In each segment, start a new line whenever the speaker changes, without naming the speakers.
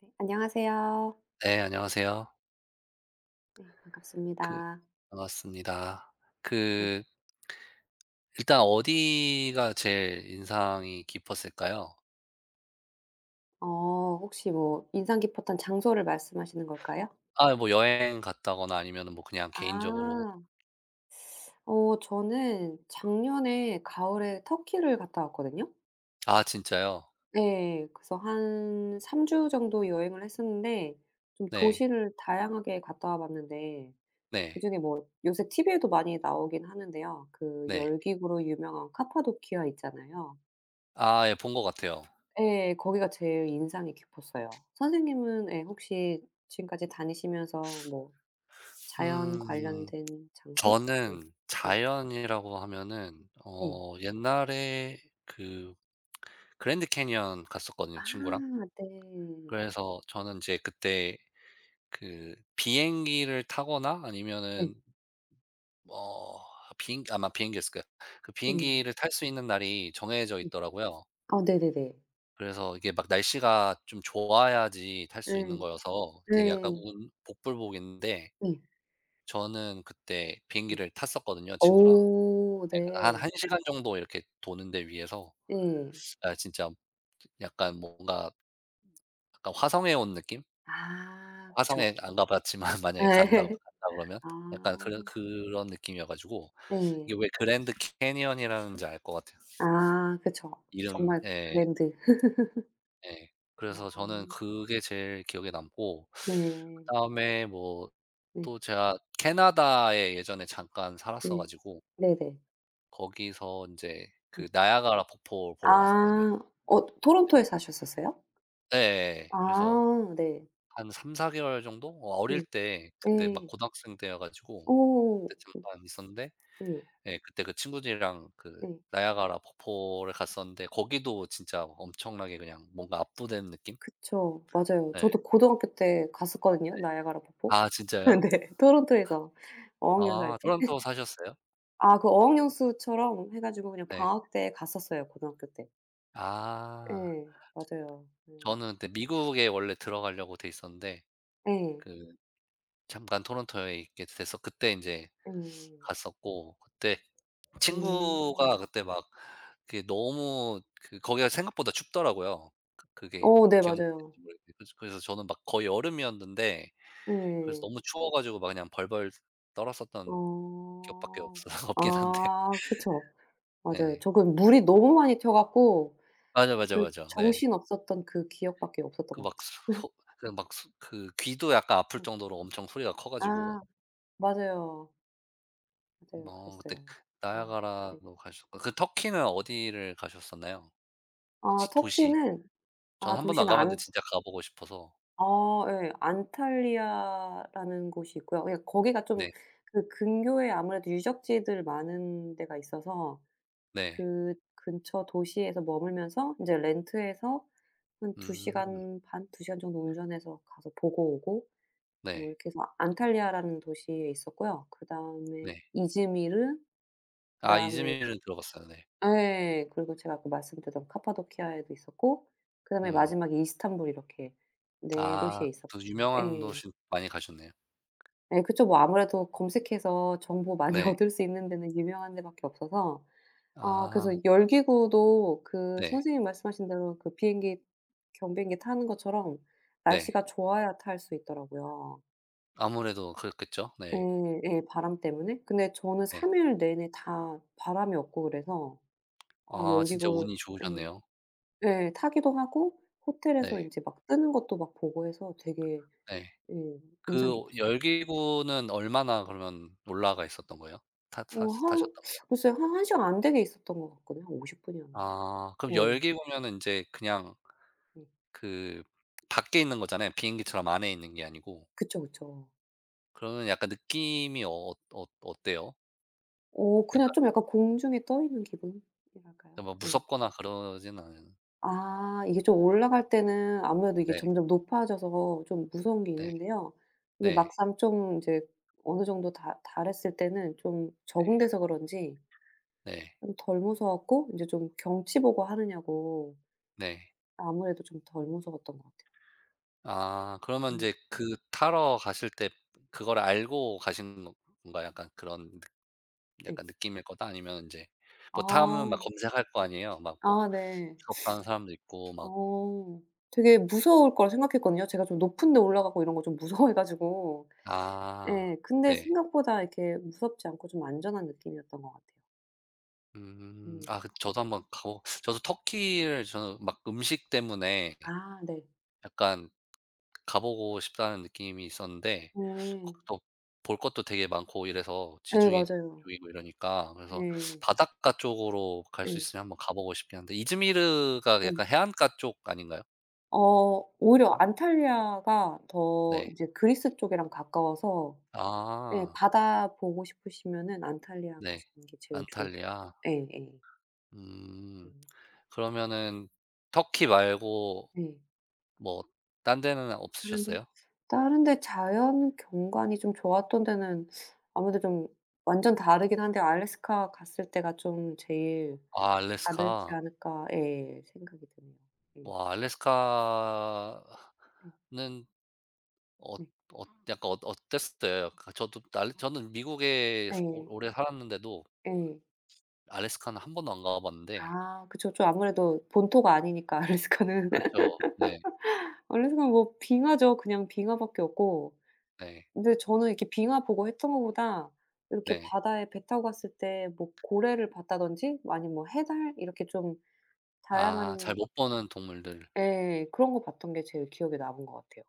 네, 안녕하세요.
네, 안녕하세요.
네,
그
반갑습니다.
반갑습니다.
네.
그 일단 어디가 제일 인상이 깊었을까요?
어 혹시 뭐 인상 깊었던 장소를 말씀하시는 걸까요?
아 뭐 여행 갔다거나 아니면 뭐 그냥 개인적으로.
아. 어 저는 작년에 가을에 터키를 갔다 왔거든요.
아 진짜요?
네, 그래서 한 3주 정도 여행을 했었는데 좀
네.
도시를 다양하게 갔다 와 봤는데
네.
그중에 뭐 요새 TV에도 많이 나오긴 하는데요. 그
네.
열기구로 유명한 카파도키아 있잖아요.
아 예 본 것 같아요.
예. 거기가 제일 인상이 깊었어요. 선생님은 예 혹시 지금까지 다니시면서 뭐 자연
음
관련된 장소? 뭐.
저는
네.
자연이라고 하면은
네.
옛날에 그 그랜드 캐니언 갔었거든요,
아
친구랑.
네.
그래서 저는 이제 그때 그 비행기를 타거나
네.
아니면은 어 비행 아마 비행기였을 거예요. 그
네.
비행기를 탈 수 있는 날이 정해져
네.
있더라고요.
아 네네네.
그래서 이게 막 날씨가 좀 좋아야지 탈 수 있는
예.
거여서 되게 약간
네.
운 복불복인데,
네.
저는 그때
네.
비행기를 탔었거든요, 친구랑.
오
네 그래서 한
네.
1시간 시간 정도 이렇게 도는데 위에서
예.
아 진짜 약간 뭔가 약간 화성에 온 느낌?
아 그쵸.
화성에 안 가 봤지만 만약에 간다
예.
간다 그러면 약간
아
그런 느낌이어 가지고
예.
이게 왜 그랜드 캐니언이라는지 알 것 같아요.
아 그쵸.
이름
정말
예.
그랜드.
예. 그래서 저는
아
그게 제일 기억에 남고,
네.
그다음에 뭐
네.
또 제가 캐나다에 예전에 잠깐 살았어
네.
가지고
네네.
거기서 인제
네.
그 나야가라 폭포를 보러 갔었거든요.
아. 어 토론토에 사셨었어요?
예예예. 그래서
아 네.
한 3~4개월 개월 정도? 어릴
네.
때, 그때 막
예.
고등학생 때여 가지고
어.
그때 잠깐 있었는데,
네.
예 그때 그 친구들이랑 그
네.
나야가라 폭포를 갔었는데, 거기도 진짜 엄청나게 그냥 뭔가 압도된 느낌?
그쵸. 맞아요.
예.
저도 고등학교 때 갔었거든요,
네.
나이아가라 폭포.
아 진짜요?
네. 토론토에서 어학연수 할
아
때.
토론토 사셨어요?
아 그 어학연수처럼 해 가지고 그냥
네.
방학 때 갔었어요, 고등학교 때.
아.
예. 맞아요. 음.
저는 근데 미국에 원래 들어가려고 돼 있었는데,
예.
그 잠깐 토론토에 있게 돼서 그때 인제
예.
갔었고, 그때 친구가
음.
그때 막 그게 너무 그 거기가 생각보다 춥더라고요. 그 그게
어 네
기억나실지
맞아요.
모르겠는데, 그래서 저는 막 거의 여름이었는데 그래서
예.
너무 추워 가지고 막 그냥 벌벌 떨었었던 기억밖에
어.
없어 없긴 한데.
아 그쵸. 맞아요.
예.
저 그 물이 너무 많이 튀어 갖고
맞아, 맞아,
그
맞아. 네.
정신없었던 그 기억밖에
그
없었던 것
막
같아요.
소 그 막 그 귀도 약간 아플
음.
정도로 엄청 소리가 커 가지고.
아. 맞아요. 맞아요.
그때
그랬어요. 아 네.
나이아가라도 가셨고, 그 터키는 어디를 가셨었나요?
아
지 도시.
터키는
전
아
한 번도 안
도시는
가 봤는데
안
진짜 가 보고 싶어서.
아 예 안탈리아라는 곳이 있고요. 예 거기가 좀
네.
그 근교에 아무래도 유적지들 많은 데가 있어서
네.
그 근처 도시에서 머물면서 인제 렌트해서 한 2시간
음.
시간 반, 2시간 시간 정도 운전해서 가서 보고 오고 뭐
네.
이렇게 해서 안탈리아라는 도시에 있었고요. 그다음에
네.
이즈미르
아
그다음에
이즈미르는 들어봤어요. 네.
예. 그리고 제가 아까 말씀드렸던 카파도키아에도 있었고 그다음에
음.
마지막에 이스탄불 이렇게 네
아
도시에 있었고
또
네, 요
유명한
예.
도시 많이 가셨네요.
예 그쵸. 뭐 아무래도 검색해서 정보 많이
네.
얻을 수 있는 데는 유명한 데 밖에 없어서 아 그래서
아
열기구도 그
네.
선생님 말씀하신 대로 그 비행기 경비행기 타는 것처럼
네.
날씨가 좋아야 탈 수 있더라고요.
아무래도 그렇겠죠. 네.
예. 예. 바람 때문에. 근데 저는
네.
3일 내내 다 바람이 없고 그래서 어
아 진짜
열기구
운이
예.
좋으셨네요.
예. 타기도 하고 호텔에서
네.
인제 막 뜨는 것도 막 보고 해서 되게
네.
예 인상
그
깊었어요.
열기구는 얼마나 그러면 올라가 있었던 거예요? 타
어
타
한
타셨던 거예요?
글쎄요. 한 한 시간 안 되게 있었던 것 같거든요. 한 50분 분이었나?
아 그럼
예.
열기구면은 이제 그냥
예.
그 밖에 있는 거잖아요. 비행기처럼 안에 있는 게 아니고.
그쵸, 그쵸.
그러면 약간 느낌이 어때요?
어 그냥
약간
좀 약간 공중에 떠 있는 기분이랄까요?
뭐
예.
무섭거나 그러진 않은.
아 이게 좀 올라갈 때는 아무래도 이게
네.
점점 높아져서 좀 무서운 게
네.
있는데요. 이게
네.
막상 좀 이제 어느 정도 다 달했을 때는 좀 적응돼서 그런지
네.
좀 덜 무서웠고 인제 좀 경치 보고 하느냐고
네.
아무래도 좀 덜 무서웠던 것 같아요.
아 그러면 이
음
제 그 타러 가실 때 그걸 알고 가신 건가요? 약간 그런 느
네.
약간 느낌일 거다? 아니면 이제
아.
뭐 타면 막 검색할 거 아니에요? 막뭐
아 네.
취업하는 사람도 있고 막.
어. 되게 무서울 거라 생각했거든요. 제가 좀 높은 데 올라가고 이런 거 좀 무서워해 가지고.
아
예. 근데
네.
생각보다 이렇게 무섭지 않고 좀 안전한 느낌이었던 것 같아요.
음. 아
음.
그 저도 한번 가보 저도 터키를 저는 막 음식 때문에
아 네.
약간 가보고 싶다는 느낌이 있었는데, 거
네.
기 또 볼 것도 되게 많고 이래서
예
지중해
맞아요.
쪽이고 이러니까, 그래서
예.
바닷가 쪽으로 갈 수
예.
있으면 한번 가보고 싶긴 한데 이즈미르가
예.
약간 해안가 쪽 아닌가요?
어 오히려
그
안탈리아가 더
네.
이제 그리스 쪽이랑 가까워서 예
아
바다 보고 싶으시면은 안탈리아
네.
가시는 게 제일 좋을
안탈리아.
예예.
음.
음.
그러면은 터키 말고
네.
뭐 딴 데는
다른 데요?
없으셨어요?
다른 데 자연 경관이 좀 좋았던 데는 아무래도 좀 완전 다르긴 한데 알래스카 갔을 때가 좀 제일
아
다르지
알래스카.
않을까 예 생각이 드네요. 예.
와
예.
알래스카는 어
네.
어 약간 어땠어요? 그 저도 알 저는 미국에 오
예.
오래 살았는데도
예.
알래스카는 한 번도 안 가 봤는데.
아 그쵸. 좀 아무래도 본토가 아니니까 알래스카는.
그죠 네.
알래스카는 뭐 빙하죠. 그냥 빙하밖에 없고.
네.
근데 저는 이렇게 빙하 보고 했던 것보다 이렇게
네.
바다에 배 타고 갔을 때 뭐 고래를 봤다든지 뭐 아니면 뭐 해달 이렇게 좀
아 잘
다양한
못 보는 동물들.
예 그런 거 봤던 게 제일 기억에 남은 것 같아요.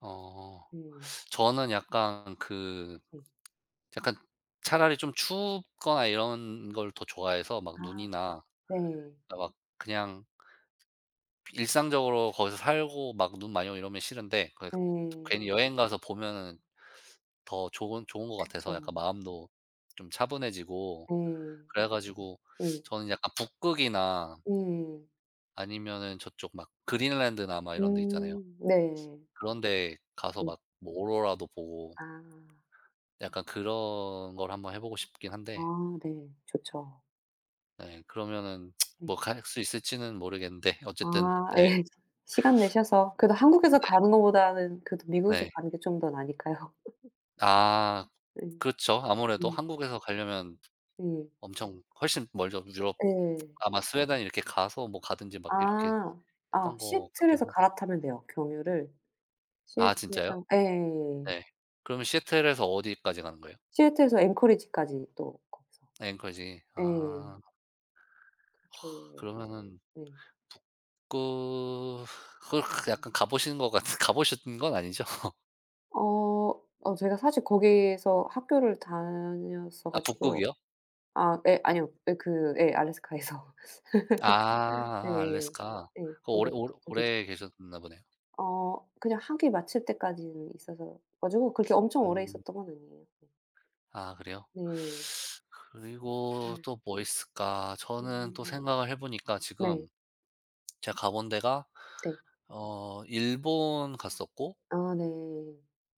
어.
음.
저는 약간
네.
약간 차라리 좀 춥거나 이런 걸 더 좋아해서 막
아
눈이나,
네.
그러니까 막 그냥 일상적으로 거기서 살고 막 눈 많이 오고 이러면 싫은데, 그
예.
괜히 여행 가서 보면은 더 좋은 것 같아서
그쵸.
약간 마음도 좀 차분해지고
예.
그래 가지고
예.
저는 약간 북극이나
예.
아니면은 저쪽 막 그린란드나 막 이런 데 있잖아요.
네.
그런 데 가서
네.
막 뭐 오로라도 보고
아.
약간 그런 걸 한번 해 보고 싶긴
아
한데.
네. 좋죠.
네 그러면은
네.
뭐 갈 수 있을지는 모르겠는데 어쨌든
아
네.
예. 시간 내셔서 그래도
네.
한국에서 가는 것보다는 그래도 미국에서
네.
가는 게 좀 더 나으니까요.
아
예.
그렇죠. 아무래도
예.
한국에서 가려면
예.
엄청 훨씬 멀죠. 유럽
예.
아마 스웨덴 이렇게 가서 뭐 가든지 막 이렇게
아. 아
했던 것 같긴
시애틀에서
한데.
갈아타면 돼요, 경유를.
아 진짜요?
시애틀에서 예예예.
네. 그러면 시애틀에서 어디까지 가는 거예요?
시애틀에서 앵커리지까지 또 거기서
앵커지.
예.
아
이렇게
그러면은
네.
북극 그 약간 가 보신 것 같은 가 보신 건 아니죠?
어 어 제가 사실 거기에서 학교를 다녔어
아
가지고
북극이요?
아 예 아니요. 예 그 예 알래스카에서.
아 아, 아,
예.
알래스카.
예.
그 오래
거기가
오래
북극이죠.
오래 계셨나 보네요.
어 그냥 학위 마칠 때까지는 있어서 가지고 그렇게 엄청 오래
음.
있었던 건 아니에요.
아 그래요?
네.
그리고
음.
또 뭐 있을까? 저는 또
음.
생각을 해 보니까 지금
네.
제가 가본 데가
네.
일본 갔었고,
아 네.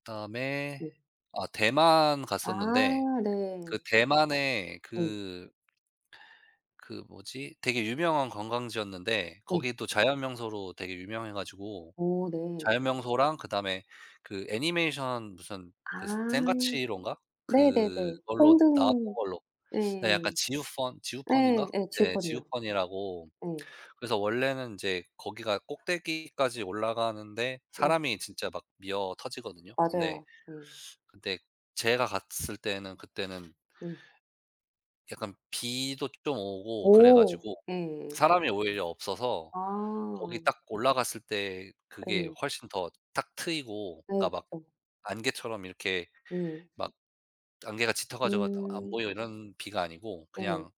그다음에
네.
아 대만 갔었는데,
아
그
네.
대만에
예.
뭐지? 되게 유명한 관광지였는데
예.
거기도 자연 명소로 되게 유명해 가지고,
어 네.
자연 명소랑 그다음에 그 애니메이션 무슨
아.
그 센과치로인가?
네네네.
그걸로 나왔던
홍등
걸로. 네
예.
약간 지우펀 지우펀인가?
예. 예.
네
지우펀이요.
지우펀이라고.
예.
그래서 원래는 이제 거기가 꼭대기까지 올라가는데
예.
사람이 진짜 막 미어 터지거든요. 근데
맞아요. 예.
근데 제가 갔을 때는 그때는
예.
약간 비도 좀 오고 그래
오.
가지고
예예.
사람이 오히려 없어서
아.
거기 딱 올라갔을 때 그게
예.
훨씬 더 탁 트이고,
예.
그러니까 막
그쵸.
안개처럼 이렇게
예.
막 안개가 짙어 가지고 안
음.
보여 이런 비가 아니고
예.
그냥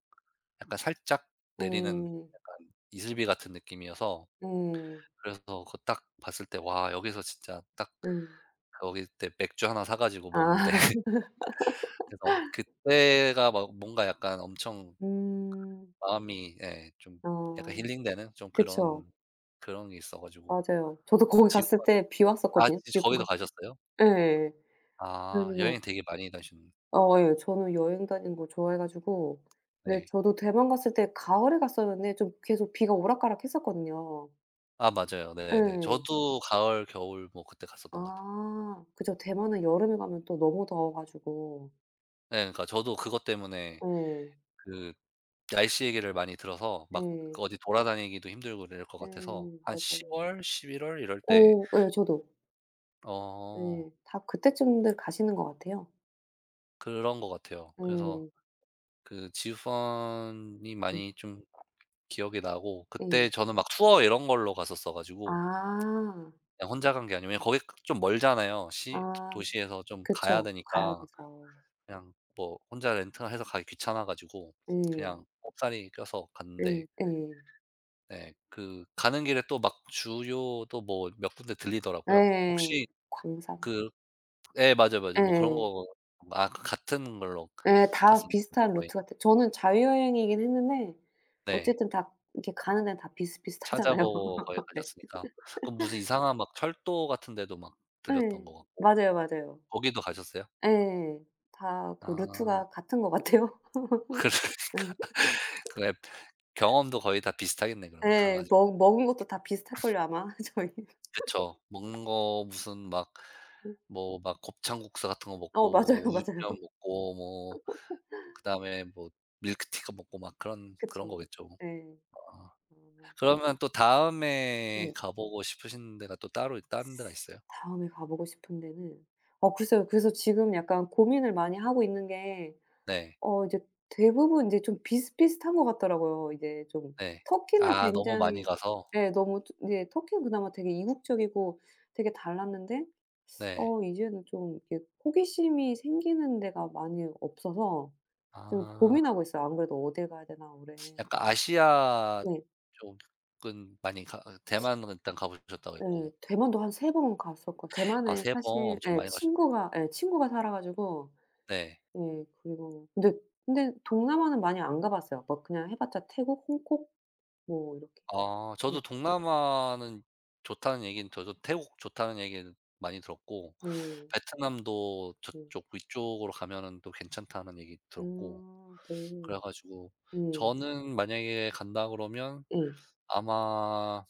약간 살짝 내리는
예.
약간 이슬비 같은 느낌이어서,
예.
그래서 그거 딱 봤을 때 '와 여기서 진짜 딱'
음.
거기 때 맥주 하나 사 가지고 먹는데
아.
그래서 그때가 막 뭔가 약간 엄청
음.
마음이 예 좀 약간
아.
힐링되는 좀
그쵸.
그런 게 있어 가지고.
맞아요. 저도 거기 갔을
지우펀.
때 비
아
왔었거든요,
지
뉴질랜드
거기도
갔을
가셨어요?
때. 예예 그래
아
가지고
여행 되게 많이 다니시는.
어 예. 저는 여행 다니는 거 좋아해 가지고 네
네.
저도 대만 갔을 때 가을에 갔었는데 좀 계속 비가 오락가락했었거든요.
아 맞아요. 네네.
예.
저도 가을, 겨울 뭐 그때 갔었던 것 같아요.
아. 그죠. 대만은 여름에 가면 또 너무 더워 가지고.
예 그러니까 저도 그것 때문에
예.
그 날씨 얘기를 많이 들어서 막
예.
그 어디 돌아다니기도 힘들고 이럴 것
예.
같아서 한 10월
맞아요.
월, 11월 이럴 때.
어 예. 저도.
어
예. 다 그때쯤들 가시는 것 같아요.
그런 것 같아요. 그래서
예.
그 지우펀이
예.
많이 좀 기억이 나고,
예.
그때 저는 막 투어 이런 걸로 갔었어 가지고
아.
그냥 혼자 간 게 아니고, 왜냐면 거기 그 좀 멀잖아요. 시 도
아
도시에서 좀 가야
그쵸. 가야
되니까,
돼서.
그냥 뭐 혼자 렌트해서 가기 귀찮아 가지고
예.
그냥 꼽사리 껴서 갔는데
예. 예.
네 그 가는 길에 또 막 주요도 뭐 몇 군데 들리더라고요.
예.
혹시
광산.
그 예 맞아요. 뭐 그런
예예.
거 아 그 같은 걸로
예 예, 다
갔었나 보다
비슷한
거의.
루트 같아요. 저는 자유여행이긴 했는데
네.
어쨌든 다 이렇게 가는 데는 다 비슷비슷하잖아요.
찾아보고 거기
네.
가셨으니까. 그럼 무슨 이상한 막 철도 같은 데도 막 들렸던
예.
것 같고
맞아요, 맞아요.
거기도 가셨어요?
예. 다 그
아.
루트가 같은 것 같아요.
그래 그 앱 경험도 거의 다 비슷하겠네
예.
그러면 가
예.
가지고.
먹 먹은 것도 다 비슷할걸요 아마 저희.
그쵸. 먹는 거 무슨 막 뭐 막 곱창국수 같은 거
어
먹고
맞아요,
뭐
맞아요.
우육면 먹고 뭐 그다음에 뭐 밀크티도 먹고 막 그런
그쵸.
거겠죠.
예.
아.
아.
그러면 또 다음에
네.
가 보고 싶으신 데가 또 따로 다른 데가 있어요?
다음에 가보고 싶은 데는 어 글쎄요. 그래서 지금 약간 고민을 많이 하고 있는 게
네.
어 이제 대부분 인제 좀 비슷비슷한 것 같더라고요. 이제 좀
네.
터키는
아 너무 많이
굉장히
가서.
예 너무 트 네 터키는 그나마 되게 이국적이고 되게 달랐는데
네.
어 이제는 좀 이렇게 호기심이 생기는 데가 많이 없어서 좀
아.
고민하고 있어요. 안 그래도 어딜 가야 되나 올해.
약간 아시아
네.
쪽은 많이 가 대만은 일단 가 보셨다고
예.
했고.
대만도 한 세 번 갔었고 대만
아
에
세 번
사실
엄청
예
많이 가셨.
친구가 예 친구가 살아 가지고
네.
예. 그리고 근데 근데 동남아는 많이 안 가 봤어요. 막 그냥 해 봤자 태국, 홍콩 뭐 이렇게.
아
예.
저도 동남아는 좋다는 얘기는 저도 태국 좋다는 얘기는 많이 들었고,
예.
베트남도
예.
저쪽 위쪽으로 가면은 또 괜찮다는 얘기 들었고
아 네.
그래 가지고,
예.
저는 만약에 간다 그러면
예.
아마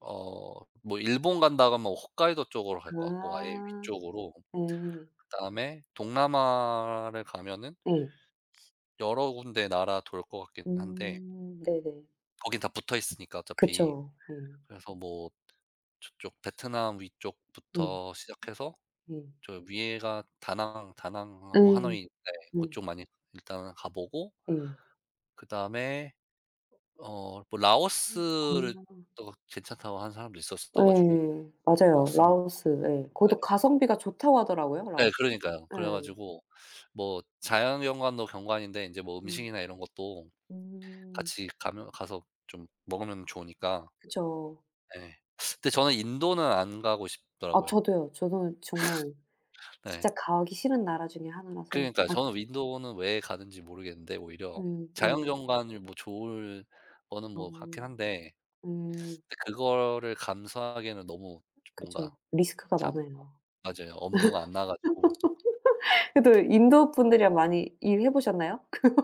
어 뭐 일본 간다 그러면 홋카이도 쪽으로 갈 것 같고, 아예
아.
위쪽으로.
예.
그다음에 동남아를 가면은
예.
여러 군데 나라 돌 것 같긴 한데
음. 네네.
거긴 다 붙어 있으니까 어차피.
그쵸. 예.
그래서 뭐 저쪽 베트남
예.
위쪽부터 시작해서
예.
저 위에가 다낭 다낭하고
예.
하노이인데 그쪽 많이 일단은 가 보고,
네.
그다음에 어 뭐
예.
라오스를 또 괜찮다고 하는 사람도
아.
있었어 가지고
예. 맞아요.
라오스 한번 가
라오스
볼까?
예. 거기도 가성비가 좋다고 하더라고요,
네. 네
라오스.
그러니까요. 그래
예.
가지고 뭐 자연 경관도 경관인데 인제 뭐
음.
음식이나 이런 것도
음.
같이 가면 가서 좀 먹으면 좋으니까.
그쵸.
예. 근데 저는 인도는 안 가고
아
싶더라고요.
저도요. 저도 정말
네.
진짜 가기 싫은 나라 중에 하나라서
그러니까요.
아
저는 인도는 왜 가는지 모르겠는데 오히려
예 예.
자연경관이 뭐 좋을 거는
어
뭐 같긴 한데
예.
그거를 감수하기에는 너무 좀 뭔가
그쵸. 리스크가
참
많아요.
맞아요. 엄두가 안 나 가지고.
그래도 인도 분들이랑 많이 일해 보셨나요?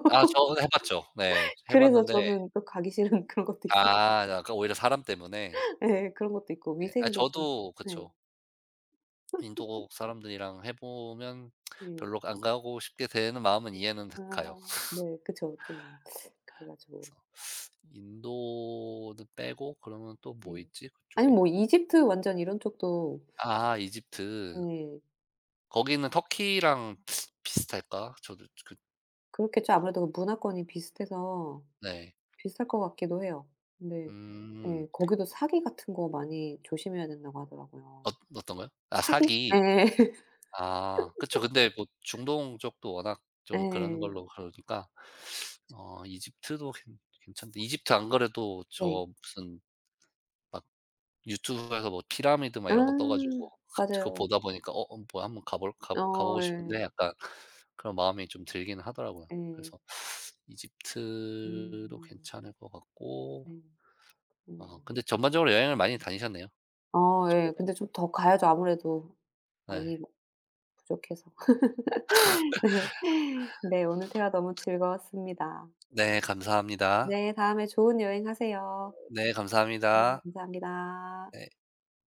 아 저는 해 봤죠. 네. 해
그래서
봤는데
저는 또 가기 싫은 그런 것도 있었어
아 약간 오히려 사람 때문에.
예 그런 것도 있고
예. 아
위생도 좀
저도
네
그쵸. 인도국 사람들이랑 해 보면
네.
별로 안 가고 싶게 되는 마음은 이해는 되
아
가요.
네 그쵸. 좀 그래 가지고
그래서 인도는 빼고 그러면 또 뭐
예.
있지
아니면
그쪽에?
뭐 이집트 완전 이런 쪽도
아 이집트.
예
거기는 터키랑 비슷할까? 저도 그
그렇겠죠. 아무래도 문화권이 비슷해서
네.
비쌀 것 같기도 해요. 근데
음.
예 거기도 사기 같은 거 많이 조심해야 된다고
어
하더라고요.
어떤 거요? 아
사기?
사기.
예.
아 그쵸. 근데 뭐 중동 쪽도 워낙 좀 그런
예.
걸로 그러니까
그쵸.
어 이집트도 괜 괜찮은데, 이집트 안 그래도
네.
저 무슨 막 유튜브에서 뭐 피라미드 막 이런 거 떠
아
가지고 갑 그거
맞아요.
보다 보니까 '어 어, 뭐 한번 가볼
어
가 보고
예.
싶은데.' 약간 그런 마음이 좀 들기는 하더라고요.
예.
그래서 이집트도
음.
괜찮을 것 같고.
네. 그네
어
요
근데 전반적으로 여행을 많이 다니셨네요,
어 예.
저보다.
근데 좀 더 가야죠 아무래도 많이
네.
뭐 부족해서. 네. 네. 오늘 대화 너무 즐거웠습니다.
네 감사합니다.
네. 다음에 좋은 여행 하세요.
네
네.
감사합니다.
감사합니다.
네.